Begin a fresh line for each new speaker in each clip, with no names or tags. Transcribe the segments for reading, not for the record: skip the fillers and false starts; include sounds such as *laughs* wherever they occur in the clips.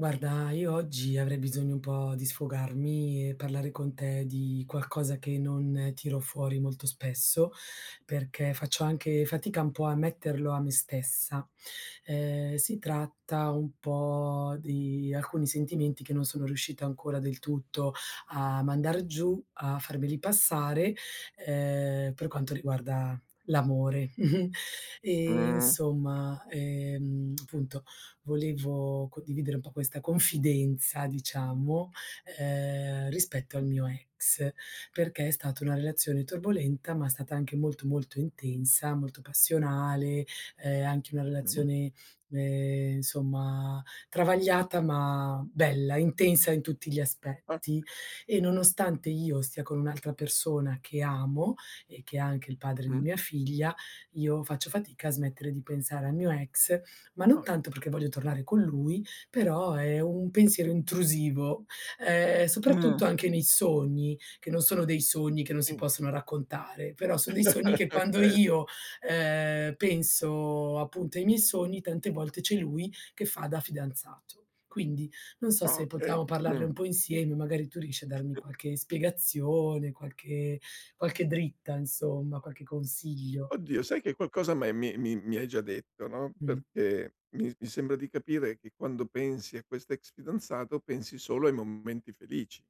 Guarda, io oggi avrei bisogno un po' di sfogarmi e parlare con te di qualcosa che non tiro fuori molto spesso, perché faccio anche fatica un po' a metterlo a me stessa. Si tratta un po' di alcuni sentimenti che non sono riuscita ancora del tutto a mandar giù, a farmeli passare, per quanto riguarda l'amore. *laughs* E
Mh,
insomma, appunto volevo condividere un po' questa confidenza, diciamo, rispetto al mio ex, perché è stata una relazione turbolenta, ma è stata anche molto, molto intensa, molto passionale, anche una
mh,
relazione, insomma travagliata, ma bella, intensa in tutti gli
ah,
aspetti. E nonostante io stia con un'altra persona che amo e che è anche il padre di
mh,
mia figlia, io faccio fatica a smettere di pensare al mio ex ma non
Ah.
tanto perché voglio tornare con lui, però è un pensiero intrusivo,
Mh.
soprattutto anche nei sogni, che non sono dei sogni che non si
Sì.
possono raccontare, però son dei sogni
*laughs*
che quando
Okay,
io, penso appunto ai miei sogni, tante volte c'è lui che fa da fidanzato. Quindi non so se
okay.
potevamo parlarne un
Mh.
po' insieme, magari tu riesci a darmi qualche spiegazione, qualche dritta insomma, qualche consiglio.
Oddio, sai che qualcosa m'hai mi mi mi hai già detto, no?
Mh.
Perché mi sembra di capire che quando pensi a quest'ex fidanzato pensi solo ai momenti felici.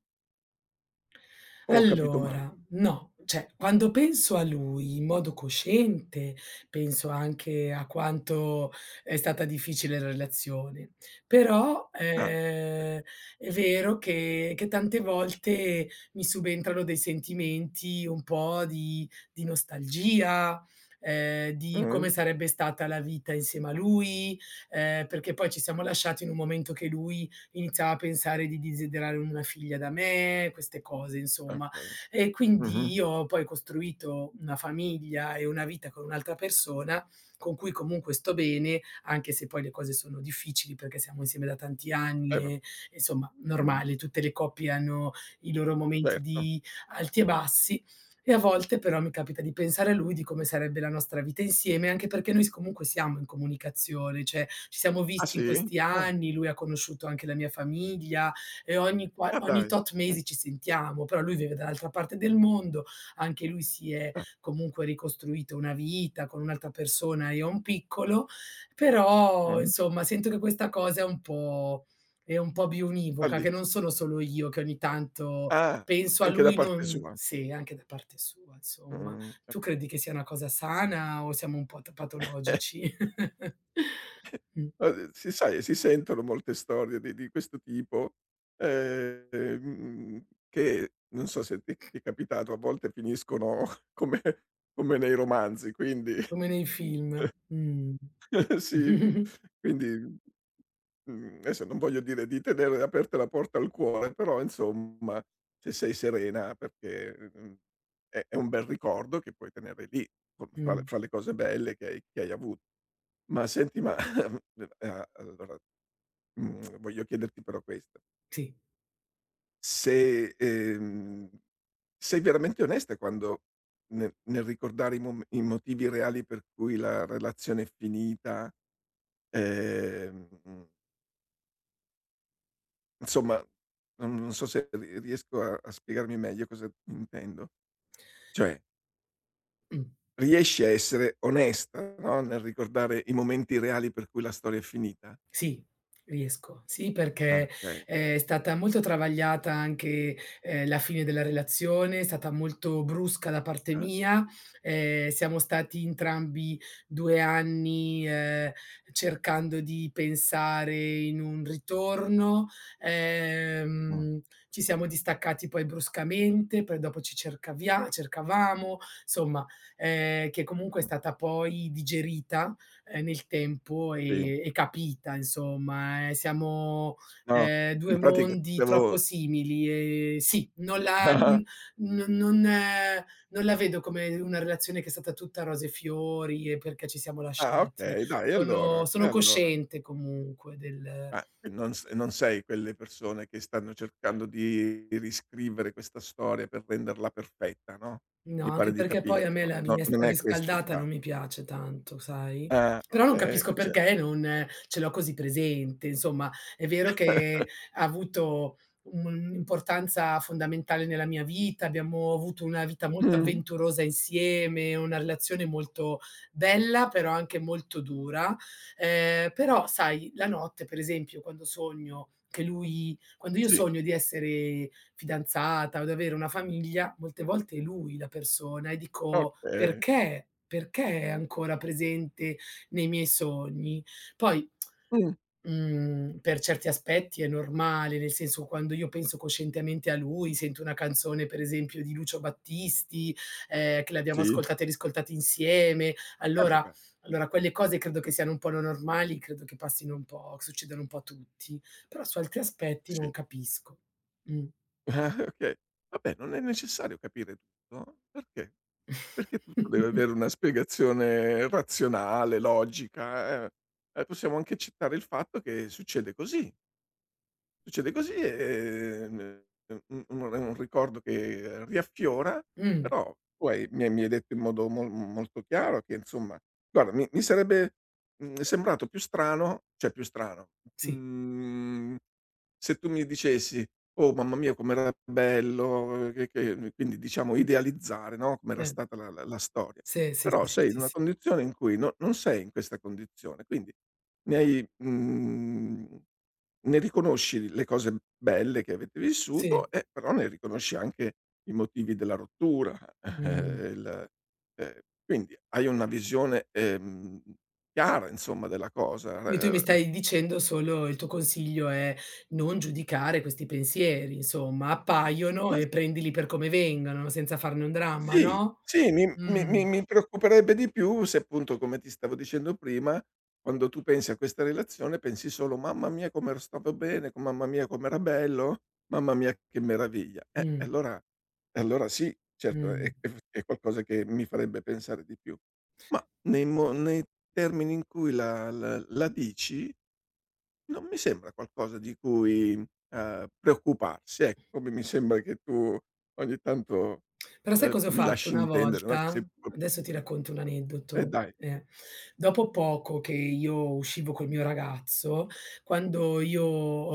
O ho capito male?
Allora, no, cioè quando penso a lui in modo cosciente, penso anche a quanto è stata difficile la relazione. Però,
Ah, okay.
è vero che tante volte mi subentrano dei sentimenti un po' di nostalgia, di come
Mh.
sarebbe stata la vita insieme a lui, perché poi ci siamo lasciati in un momento che lui iniziava a pensare di desiderare una figlia da me, queste cose insomma.
Okay.
E quindi
Mh-mh.
io ho poi costruito una famiglia e una vita con un'altra persona, con cui comunque sto bene, anche se poi le cose sono difficili perché siamo insieme da tanti anni
Va
e insomma
Mh.
normale, tutte le coppie hanno i loro momenti
Certo.
di alti e bassi, e a volte però mi capita di pensare a lui, di come sarebbe la nostra vita insieme, anche perché noi s comunque siamo in comunicazione, cioè ci siamo
Ah
visti in
sì?
questi
Ah,
anni, lui ha conosciuto anche la mia famiglia e ogni qua
ah
ogni
dai.
tot
Mh.
mesi ci sentiamo, però lui vive dall'altra parte del mondo, anche lui si è
Ah,
comunque ricostruito una vita con un'altra persona e ho un piccolo, però
Mh.
insomma sento che questa cosa è un po'
Sta
biunivoca, che
lì.
non sono solo io che ogni tanto
Ah,
penso a
anche da
lui
parte
non
sua.
sì, anche da parte sua insomma.
Ho
Tu
capito.
credi che sia una cosa sana o siamo un po' t patologici? *laughs*
*laughs*
Mh,
Si sai, si sentono molte storie di questo tipo, che non so se ti è capitato, a volte finiscono *laughs* come come nei romanzi, quindi.
come nei film. Mh.
*laughs* Sì,
Mh.
quindi. Adesso non voglio dire di tenere aperta la porta al cuore, però insomma se sei serena, perché, è un bel ricordo che puoi tenere lì, com fra le
*laughs*
cose belle che hai avuto. Ma senti, *laughs* a allora, voglio chiederti però questo:
Sì.
se, sei veramente onesta quando ne nel ricordare i mom i motivi reali per cui la relazione è finita? Ehm Insomma, non so se ri riesco a spiegarmi meglio cosa intendo. Cioè,
Mh.
riesci a essere onesta, no, nel ricordare i momenti reali per cui la storia è finita?
Sì, riesco. Sì, perché
Ah, okay.
è stata molto travagliata anche, la fine della relazione, è stata molto brusca da parte
Ah,
mia, siamo stati entrambi 2 anni, cercando di pensare in un ritorno,
mh,
ehm, ci siamo distaccati poi bruscamente, poi dopo ci cercavia cercavamo, insomma, che comunque è
mh,
stata poi digerita nel tempo
sì.
e capita insomma. Siamo,
No,
2
in pratica ti
mondi troppo
stavo
simili e sì, non la n
*laughs*
non non non la vedo come una relazione che è stata tutta rose e fiori e perché ci siamo
ah,
lasciati.
okay, dai, e
Sono
allora e
sono
allora?
cosciente comunque del
Ah, e non sei quelle persone che stanno cercando di riscrivere questa storia per renderla perfetta, no,
No,
mi pare
anche
di
perché
capire.
poi a me
No,
la
no,
minestra
non è questo il
riscaldata
ca
non mi piace tanto, sai?
ah,
Però non
okay,
capisco
e ce
perché non ce l'ho così presente. Insomma, è vero
*laughs*
che ha avuto un'importanza fondamentale nella mia vita, abbiamo avuto una vita molto
Mh,
avventurosa insieme, una relazione molto bella, però anche molto dura. Però sai, la notte per esempio quando sogno che lui quando io
sì,
sogno di essere fidanzata o ad avere una famiglia, molte volte è lui la persona e dico:
okay.
"Perché? Perché è ancora presente nei miei sogni?" Poi,
Mh,
per certi aspetti è normale, nel senso quando io penso coscientemente a lui, sento una canzone per esempio di Lucio Battisti, che l'abbiamo
sì,
ascoltata e riscoltata insieme,
eh
allora
vabbè,
allora quelle cose credo che siano un po' no normali, credo che passino un po' succedano un po' a tutti, però su altri aspetti non
sì.
capisco. Mh.
*laughs* Ah, okay. Vabbè, non è necessario capire tutto. Perché? Perché tutto deve avere
*laughs*
una spiegazione razionale, logica, eh. Possiamo anche accettare il fatto che succede così. Succede così, e è un ricordo che riaffiora,
Mh,
però tu hai mi hai mi hai detto in modo molto chiaro che insomma guarda mi sarebbe, sembrato più strano, cioè più strano,
sì,
mhmm, se tu mi dicessi: "Oh mamma mia com'era bello", che quindi diciamo idealizzare, no, com'era
eh.
stata la storia.
Sì, sì, sì,
Però
sì,
sei in
sì,
una
sì.
condizione in cui non sei in questa condizione, quindi ne hai mhmm, ne riconosci le cose belle che avete
Sì,
vissuto, e però ne riconosci anche i motivi della rottura, *laughs*
mh.
il ehm, quindi hai una visione, chiara insomma della cosa,
Quindi tu mi
r
stai dicendo solo il tuo consiglio è non giudicare questi pensieri, insomma, appaiono
ma
e prendili per come vengono, senza farne un dramma,
sì,
no?
sì, mi mi
Mh,
mi mi preoccuperebbe di più se appunto, come ti stavo dicendo prima, quando tu pensi a questa relazione pensi solo: "Mamma mia come ero stato bene, co mamma mia com'era bello, mamma mia che meraviglia".
mh,
E allora sì, certo
mh.
è qualcosa che mi farebbe pensare di più. Ma nei termini in cui la dici non mi sembra qualcosa di cui, preoccuparsi, ecco, come mi sembra che tu ogni tanto,
Però sai cosa ho
mi
fatto
lasci
una
intendere, no, che sei
volta?
un po'
Adesso ti
preoccupa
racconto un aneddoto,
dai,
eh. Dopo poco che io uscivo col mio ragazzo, quando io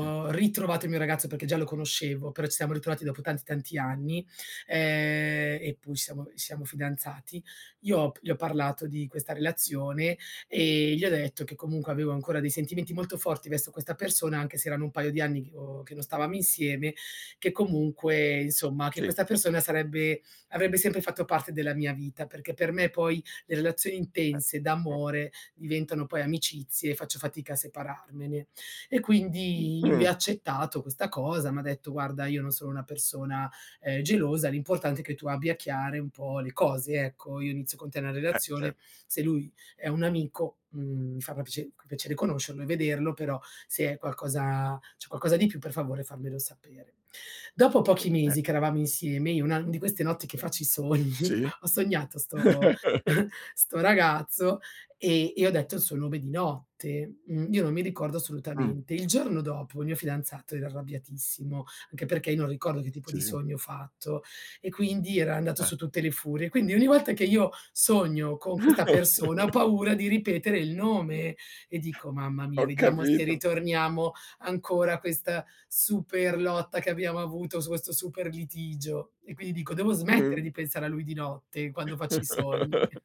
mh,
ritrovato il mio ragazzo perché già lo conoscevo, però ci siamo ritrovati dopo tanti, tanti anni, e poi ci siamo fidanzati, io ho p gli ho parlato di questa relazione e gli ho detto che comunque avevo ancora dei sentimenti molto forti verso questa persona, anche se erano un paio di anni che non stavamo insieme, che comunque insomma, che
sì,
questa persona sarebbe avrebbe sempre fatto parte della mia vita, perché per me poi le relazioni intense
per for
d'amore diventano poi amicizie e faccio fatica a separarmene. E quindi lui
mh,
ha accettato questa cosa, m'ha detto: "Guarda, io non sono una persona, gelosa, l'importante è che tu abbia chiare un po' le cose, ecco. Io inizio con te una relazione,
certo,
se lui è un amico, mi farà piacere conoscerlo e vederlo, però se è qualcosa c'è qualcosa di più, per favore fammelo sapere". Dopo pochi
eh,
mesi che eravamo insieme, io una di queste notti che faccio i sogni,
sì.
*laughs* ho sognato 'sto
*laughs*
*laughs* 'sto ragazzo e ho detto il suo nome di notte. Io non mi ricordo
Mh,
assolutamente. Il giorno dopo il mio fidanzato era arrabbiatissimo, anche perché io non ricordo che tipo di
sì,
sogno ho fatto e quindi era andato
eh.
su tutte le furie. Quindi ogni volta che io sogno con questa
*laughs*
persona ho paura di ripetere il nome e dico: "Mamma
Ho
mia, vediamo se
capito,
ritorniamo ancora a questa super lotta che abbiamo avuto su questo super litigio." E quindi dico: "Devo smettere
mh.
di pensare a lui di notte quando faccio i sogni".
*laughs*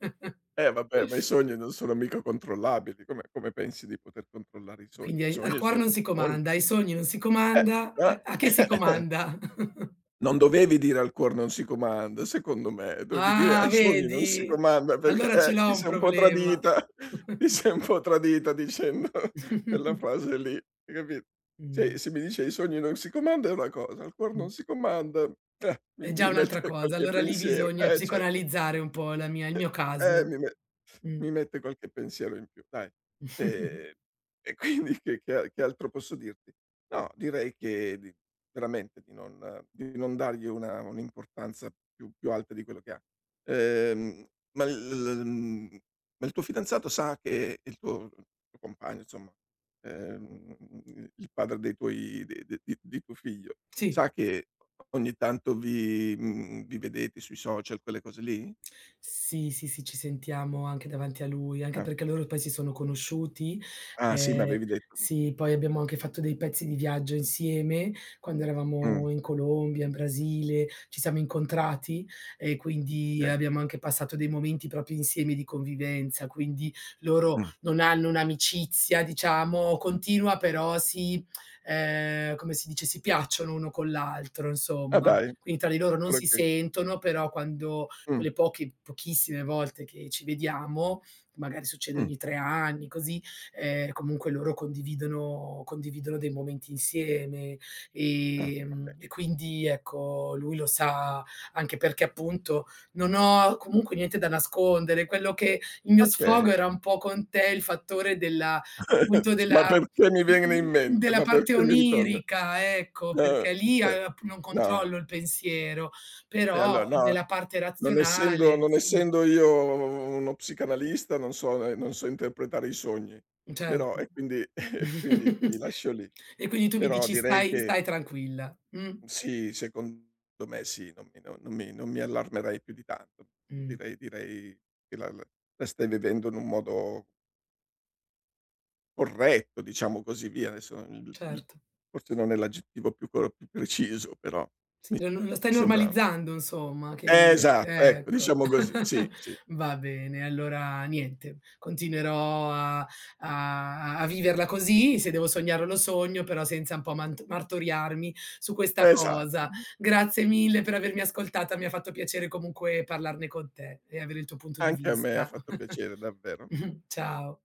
Vabbè, ma i sogni non sono mica controllabili, come pensi di poter controllare i sogni?
Quindi
I
ai al
sogni
cuor
sono
non si
sogni,
comanda, ai sogni non si
eh,
comanda, a che si
eh. *laughs* *coughs*
comanda? *laughs*
Non dovevi dire "al cuor non si comanda", secondo me, dovevi dire:
Ah,
"Ai sogni non si
vedi?
comanda", perché
Allora ce l'ho
ti
un
sei un po'
problema.
tradita, *laughs* ti
*laughs*
sei un po' tradita dicendo *laughs* quella frase lì, hai capi se
Mh,
se mi dice: "Ai sogni non si comanda" è una cosa, al cuor
mh.
non si comanda, mi
È già
mi
un'altra
mette
cosa,
qualche
allora lì
pensiero,
bisogna
cer
psicoanalizzare un po' la mia il mio
eh,
caso.
mi me
Mh.
mi mette qualche pensiero in più, dai. Ehm,
*laughs*
e *laughs* quindi che altro posso dirti? No, direi che di veramente di non dargli una un'importanza più alta di quello che ha. Ehm, ma il mhmm, ma il tuo fidanzato sa che il tuo compagno, insomma, ehm, il padre dei tuoi de de di tuo figlio,
Sì.
sa che ogni tanto vi vedete sui social, quelle cose lì?
Sì, sì, sì, ci sentiamo anche davanti a lui, anche
Ah.
perché loro poi si sono conosciuti.
Ah sì, mi
Ehm,
avevi detto.
sì, poi abbiamo anche fatto dei pezzi di viaggio insieme, quando
Mh,
eravamo in Colombia, in Brasile, ci siamo incontrati e quindi
okay.
abbiamo anche passato dei momenti proprio insieme di convivenza. Quindi loro
Mh.
non hanno un'amicizia, diciamo, continua, però come si dice, si piacciono uno con l'altro,
Ah
insomma.
dai,
Quindi tra di loro non
pure
si
ques
sentono, però quando
mh,
quelle poche, pochissime volte che ci vediamo, magari succede
mh,
ogni tre anni, così, comunque loro condividono, condividono dei momenti insieme
ah,
e, mhmm,
okay.
e quindi ecco, lui lo sa anche perché appunto non ho comunque niente da nascondere. Quello che il mio
Okay.
sfogo era un po' con te, il fattore della
*laughs*
appunto
Dici: "Ma
della
perché mi viene in
mhmm,
mente?
della
Ma
parte
perché mi ritorna?"
onirica, ecco,
Ah,
perché lì
cioè
a non
no.
controllo il pensiero.
E allora
Però
no,
nella parte
non essendo
razionale
non
sì,
essendo io uno psicanalista, non so interpretare i sogni, però
certo.
e quindi *laughs* e quindi ti
*laughs*
rilascio lì.
E quindi tu mi
Però
dici:
direi
"Stai
che
stai tranquilla."
sì, secondo me sì, non mi allarmerei più di tanto.
Mh,
Direi che la stai vivendo in un modo corretto, diciamo così via. Adesso il
certo.
forse non è l'aggettivo più preciso, però
Sì,
mi
lo stai
sembra.
normalizzando insomma che
Esatto, ecco,
ecco.
diciamo così, sì,
*laughs*
sì,
Va bene, allora niente, continuerò a viverla così, se devo sognarlo lo sogno, però senza un po' mant martoriarmi su questa
esatto.
cosa. Grazie mille per avermi ascoltata, mi ha fatto piacere comunque parlarne con te e avere il tuo punto di
Anche a me ha
vista.
fatto piacere davvero.
*laughs* Ciao.